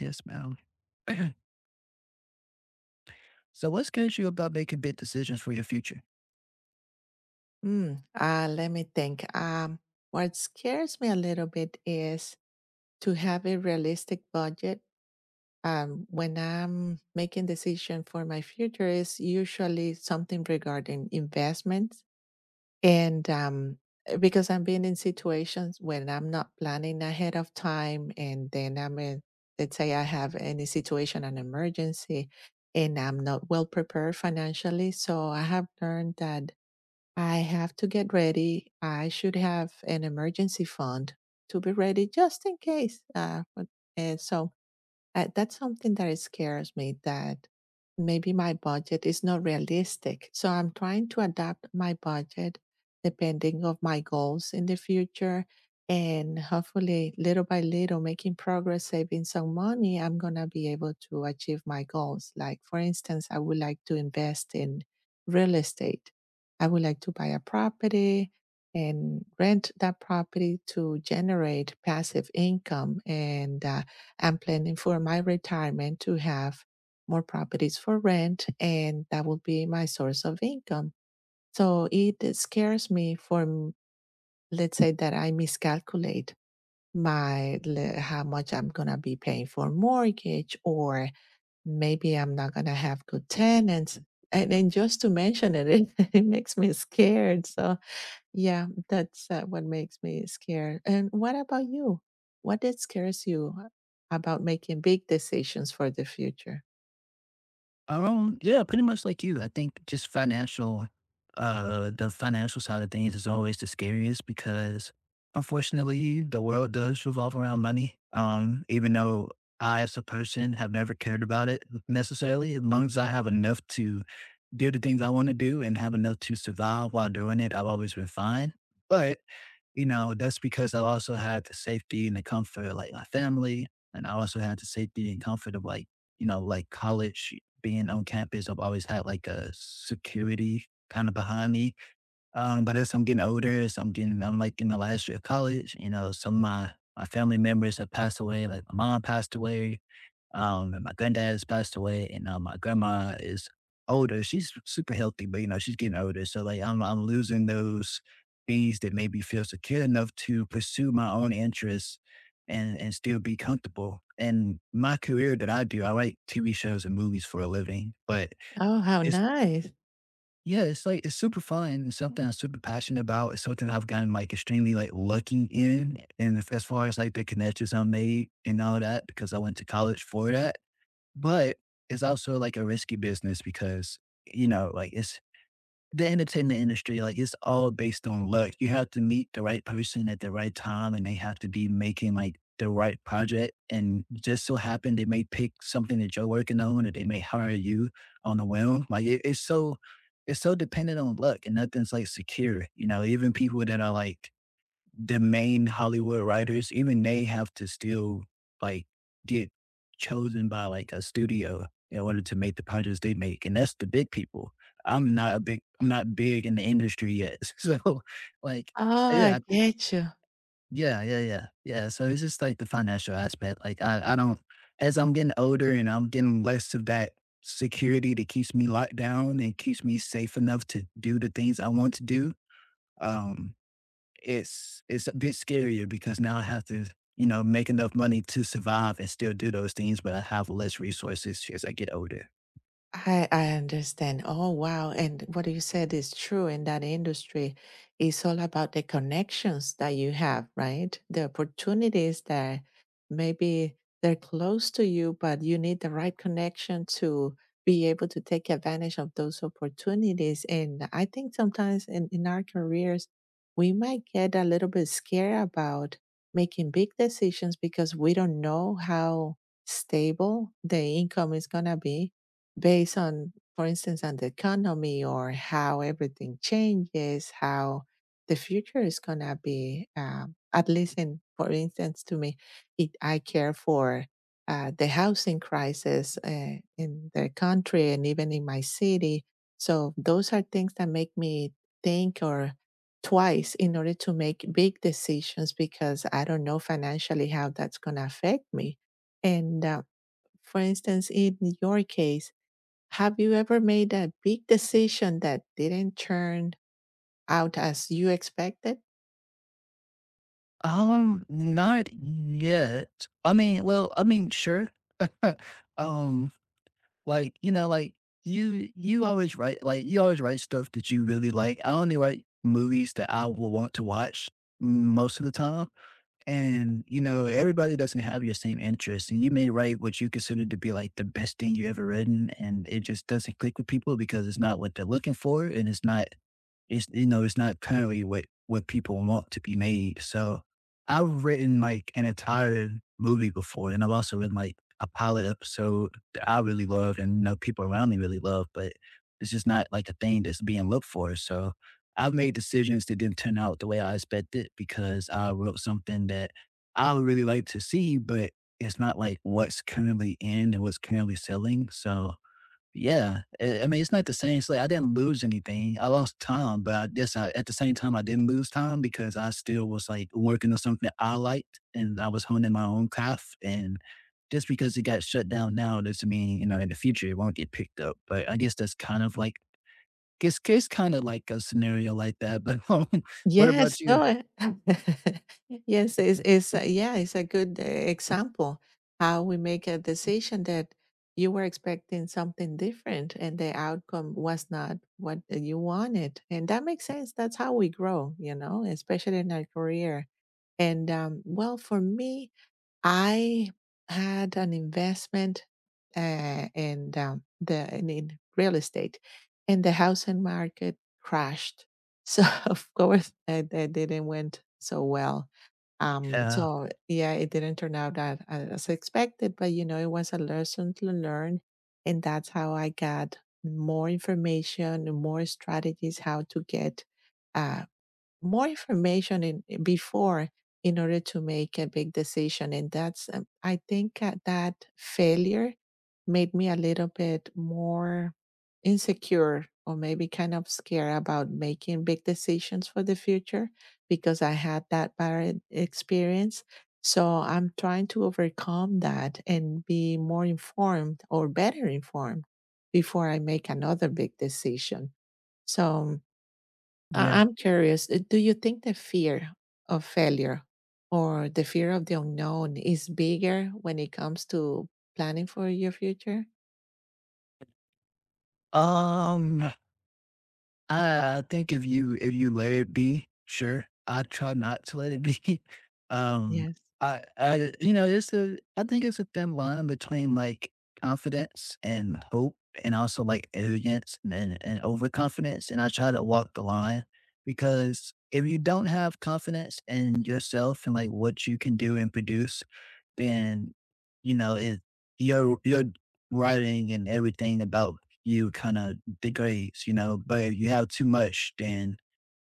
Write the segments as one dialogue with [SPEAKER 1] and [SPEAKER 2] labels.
[SPEAKER 1] Yes, ma'am. So what scares you about making big decisions for your future?
[SPEAKER 2] Let me think. What scares me a little bit is to have a realistic budget. When I'm making decision for my future, is usually something regarding investments, and because I'm been in situations when I'm not planning ahead of time, and then I'm in, let's say I have any situation, an emergency, and I'm not well prepared financially. So I have learned that I have to get ready. I should have an emergency fund to be ready just in case. And so that's something that it scares me that maybe my budget is not realistic. So I'm trying to adapt my budget depending of my goals in the future and hopefully little by little making progress saving some money I'm going to be able to achieve my goals, like for instance I would like to invest in real estate. I would like to buy a property and rent that property to generate passive income. And I'm planning for my retirement to have more properties for rent, and that will be my source of income. So it scares me from, let's say, that I miscalculate how much I'm gonna be paying for mortgage, or maybe I'm not gonna have good tenants. And then just to mention it, it makes me scared. So yeah, that's what makes me scared. And what about you? What did scares you about making big decisions for the future?
[SPEAKER 1] Yeah, pretty much like you. I think just financial, the financial side of things is always the scariest because unfortunately the world does revolve around money. Even though I as a person have never cared about it necessarily, as long as I have enough to do the things I want to do and have enough to survive while doing it, I've always been fine. But that's because I also had the safety and the comfort of, like, my family, and I also had the safety and comfort of, like, like, college, being on campus, I've always had, like, a security kinda behind me, but as I'm getting older, as I'm, like, in the last year of college, you know, some of my family members have passed away, like, my mom passed away. And my granddad has passed away, and my grandma is older. She's super healthy, but you know she's getting older. So like I'm losing those things that made me feel secure enough to pursue my own interests and still be comfortable. And my career that I do, I write TV shows and movies for a living, but
[SPEAKER 2] Oh, how
[SPEAKER 1] it's
[SPEAKER 2] nice.
[SPEAKER 1] yeah, it's super fun. And something I'm super passionate about. It's something I've gotten like extremely lucky in, and if, as far as like the connections I made and all that, because I went to college for that. But it's also like a risky business because, you know, like it's the entertainment industry, like it's all based on luck. You have to meet the right person at the right time and they have to be making like the right project. And just so happen they may pick something that you're working on or they may hire you on a whim. It's so dependent on luck and nothing's like secure. You know, even people that are like the main Hollywood writers, even they have to still like get chosen by like a studio in order to make the projects they make. And that's the big people. I'm not big in the industry yet. So like
[SPEAKER 2] Oh, I
[SPEAKER 1] yeah, I
[SPEAKER 2] get you.
[SPEAKER 1] yeah, yeah, yeah. Yeah. So it's just like the financial aspect. Like I don't as I'm getting older and I'm getting less of that security that keeps me locked down and keeps me safe enough to do the things I want to do. Um it's a bit scarier because now I have to, you know, make enough money to survive and still do those things, but I have less resources as I get older.
[SPEAKER 2] I understand. Oh wow. And what you said is true in that industry. It's all about the connections that you have, right? The opportunities that maybe they're close to you, but you need the right connection to be able to take advantage of those opportunities. And I think sometimes in our careers, we might get a little bit scared about making big decisions because we don't know how stable the income is gonna be based on, for instance, on the economy or how everything changes, how the future is gonna be. At least, in for instance, to me, I care for the housing crisis in the country and even in my city. So those are things that make me think or twice in order to make big decisions because I don't know financially how that's gonna affect me. And for instance, in your case, have you ever made a big decision that didn't turn out as you expected?
[SPEAKER 1] Not yet. I mean, well, I mean, sure. um, like you know, like you always write like you always write stuff that you really like. I only write movies that I will want to watch most of the time. And, you know, everybody doesn't have your same interests. And you may write what you consider to be like the best thing you ever written, and it just doesn't click with people because it's not what they're looking for and it's you know, it's not currently what people want to be made. So I've written like an entire movie before, and I've also written like a pilot episode that I really loved, and you know, people around me really love, but it's just not like a thing that's being looked for. So I've made decisions that didn't turn out the way I expected because I wrote something that I would really like to see, but it's not like what's currently in and what's currently selling. So yeah, I mean, it's not the same. It's like I didn't lose anything. I lost time, but I guess at the same time, I didn't lose time because I still was like working on something that I liked and I was honing my own craft. And just because it got shut down now doesn't mean, you know, in the future it won't get picked up. But I guess that's kind of like, it's kind of like a scenario like that. But what
[SPEAKER 2] Yes,
[SPEAKER 1] about you?
[SPEAKER 2] no, yes, it's a good, example how we make a decision that you were expecting something different and the outcome was not what you wanted, and that makes sense. That's how we grow, you know, especially in our career, and, well, for me I had an investment, the in real estate, and the housing market crashed. So, of course, it didn't went so well.
[SPEAKER 1] Yeah.
[SPEAKER 2] So yeah, it didn't turn out that as expected, but, you know, it was a lesson to learn, and that's how I got more information and more strategies how to get, uh more information in before in order to make a big decision. And that's I think that failure made me a little bit more insecure or maybe kind of scared about making big decisions for the future because I had that bad experience. So I'm trying to overcome that and be more informed or better informed before I make another big decision. So
[SPEAKER 1] Yeah.
[SPEAKER 2] I'm curious. Do you think the fear of failure or the fear of the unknown is bigger when it comes to planning for your future?
[SPEAKER 1] Um, I think if you let it be, sure. I try not to let it be. Um,
[SPEAKER 2] Yes.
[SPEAKER 1] I you know, it's a I think it's a thin line between like confidence and hope and also like arrogance and overconfidence. And I try to walk the line because if you don't have confidence in yourself and like what you can do and produce, and you know it your writing and everything about you kind of degrades, you know. But if you have too much, then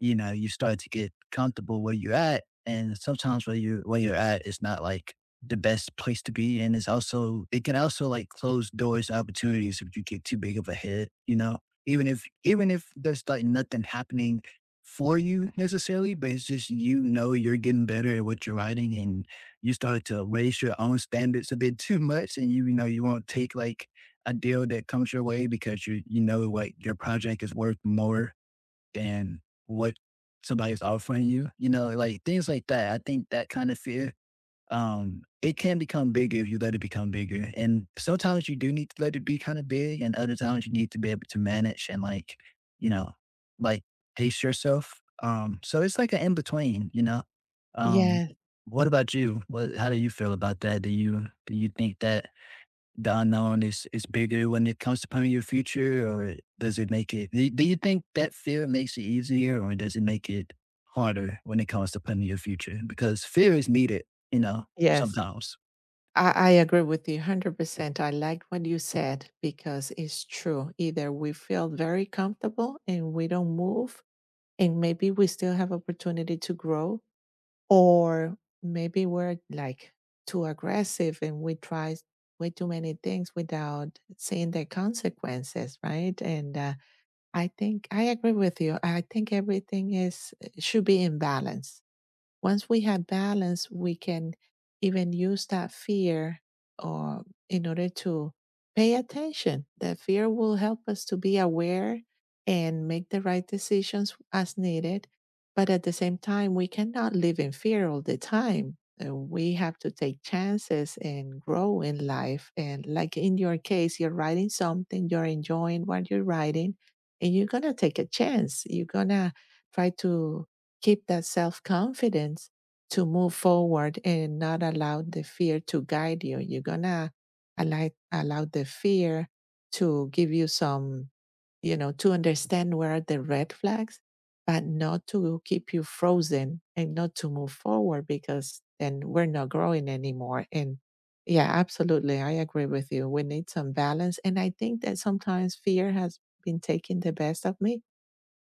[SPEAKER 1] you know, you start to get comfortable where you're at. And sometimes where you're at is not like the best place to be. And it's also it can also like close doors to opportunities if you get too big of a hit, you know. Even if there's like nothing happening for you necessarily, but it's just you know you're getting better at what you're writing and you start to raise your own standards a bit too much and you know you won't take like a deal that comes your way because you know like your project is worth more and what somebody's offering you, you know, like things like that. I think that kind of fear, it can become bigger if you let it become bigger. And sometimes you do need to let it be kind of big, and other times you need to be able to manage and, like, you know, like pace yourself. So it's like an in between, you know. Um,
[SPEAKER 2] Yes.
[SPEAKER 1] what about you? What? How do you feel about that? Do you think that the unknown is bigger when it comes to planning your future, or does it make it? Do you think that fear makes it easier, or does it make it harder when it comes to planning your future? Because fear is needed, you know,
[SPEAKER 2] Yes.
[SPEAKER 1] sometimes.
[SPEAKER 2] I agree with you 100%. I like what you said because it's true. Either we feel very comfortable and we don't move, and maybe we still have opportunity to grow, or maybe we're like too aggressive and we try way too many things without seeing the consequences, right? And I think I agree with you. I think everything is should be in balance. Once we have balance, we can even use that fear or in order to pay attention. That fear will help us to be aware and make the right decisions as needed. But at the same time, we cannot live in fear all the time. We have to take chances and grow in life. And like in your case, you're writing something, you're enjoying what you're writing, and you're going to take a chance. You're going to try to keep that self confidence to move forward and not allow the fear to guide you. You're gonna allow the fear to give you some, you know, to understand where are the red flags, but not to keep you frozen and not to move forward because then we're not growing anymore. And yeah, absolutely. I agree with you. We need some balance. And I think that sometimes fear has been taking the best of me.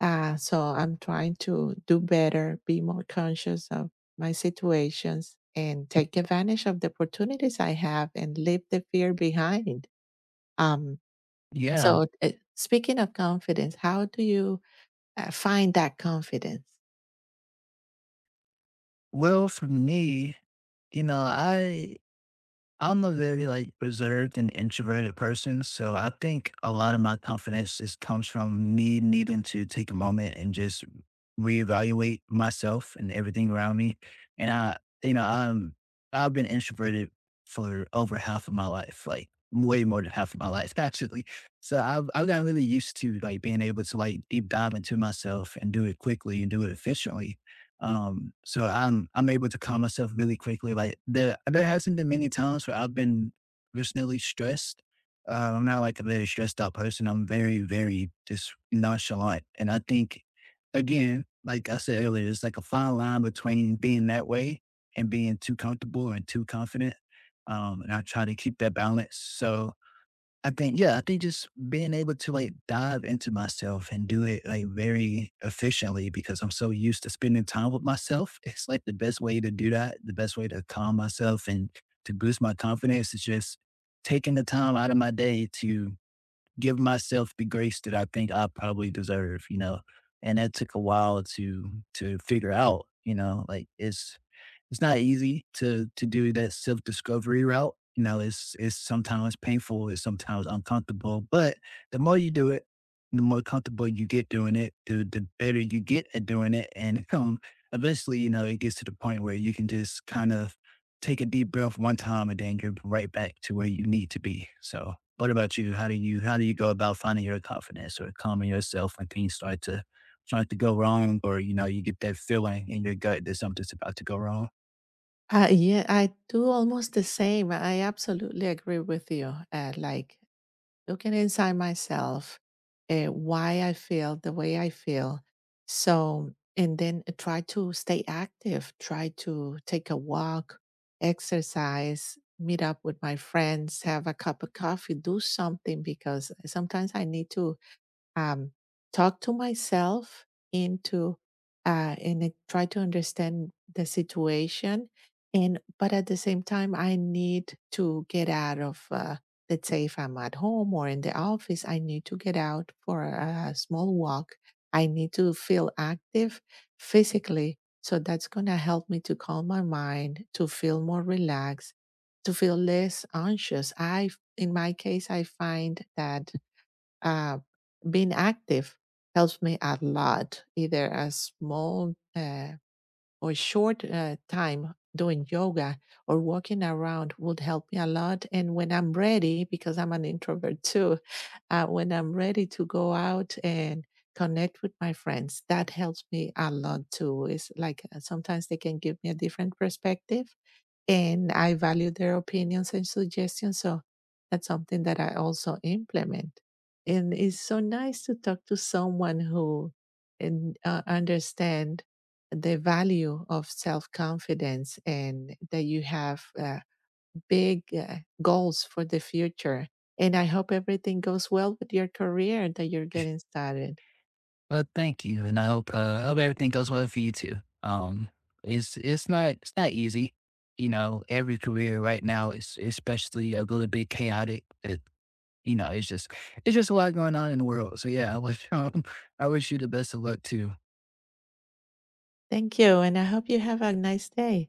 [SPEAKER 2] So I'm trying to do better, be more conscious of my situations, and take advantage of the opportunities I have and leave the fear behind. Um,
[SPEAKER 1] Yeah.
[SPEAKER 2] so, speaking of confidence, how do you find that confidence?
[SPEAKER 1] Well, for me, you know, I I'm a very like reserved and introverted person, so I think a lot of my confidence is comes from me needing to take a moment and just reevaluate myself and everything around me. And you know, I've been introverted for over half of my life, like way more than half of my life actually. So I've gotten really used to like being able to like deep dive into myself and do it quickly and do it efficiently. So I'm able to calm myself really quickly. Like there hasn't been many times where I've been personally stressed. I'm not like a very stressed out person. I'm very just nonchalant, and I think again, like I said earlier, it's like a fine line between being that way and being too comfortable and too confident. And I try to keep that balance. So I think, yeah, I think just being able to like dive into myself and do it like very efficiently because I'm so used to spending time with myself. It's like the best way to do that. The best way to calm myself and to boost my confidence is just taking the time out of my day to give myself the grace that I think I probably deserve, you know. And that took a while to figure out, you know, like it's not easy to do that self discovery route. You know, it's sometimes painful, it's sometimes uncomfortable, but the more you do it, the more comfortable you get doing it, the better you get at doing it, and eventually, you know, it gets to the point where you can just kind of take a deep breath one time, and then you're right back to where you need to be. So, what about you? How do you go about finding your confidence or calming yourself when things start to go wrong, or you know, you get that feeling in your gut that something's about to go wrong?
[SPEAKER 2] Yeah, I do almost the same. I absolutely agree with you. Like looking inside myself, why I feel the way I feel. So, and then try to stay active, try to take a walk, exercise, meet up with my friends, have a cup of coffee, do something because sometimes I need to um, talk to myself into and I try to understand the situation. And but at the same time, I need to get out of. Let's say if I'm at home or in the office, I need to get out for a small walk. I need to feel active physically. So that's going to help me to calm my mind, to feel more relaxed, to feel less anxious. In my case, I find that uh, being active helps me a lot, either a small or short time doing yoga or walking around would help me a lot. And when I'm ready, because I'm an introvert too, when I'm ready to go out and connect with my friends, that helps me a lot too. It's like sometimes they can give me a different perspective and I value their opinions and suggestions. So that's something that I also implement. And it's so nice to talk to someone who and understand the value of self confidence and that you have. Big goals for the future. And I hope everything goes well with your career that you're getting started.
[SPEAKER 1] Well, thank you, and I hope everything goes well for you too. Um, it's not easy, you know. Every career right now is especially a little bit chaotic. You know, it's just a lot going on in the world. So yeah, I wish I wish you the best of luck too.
[SPEAKER 2] Thank you. And I hope you have a nice day.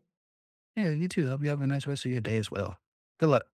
[SPEAKER 1] Yeah, you too. Hope you have a nice rest of your day as well. Good luck.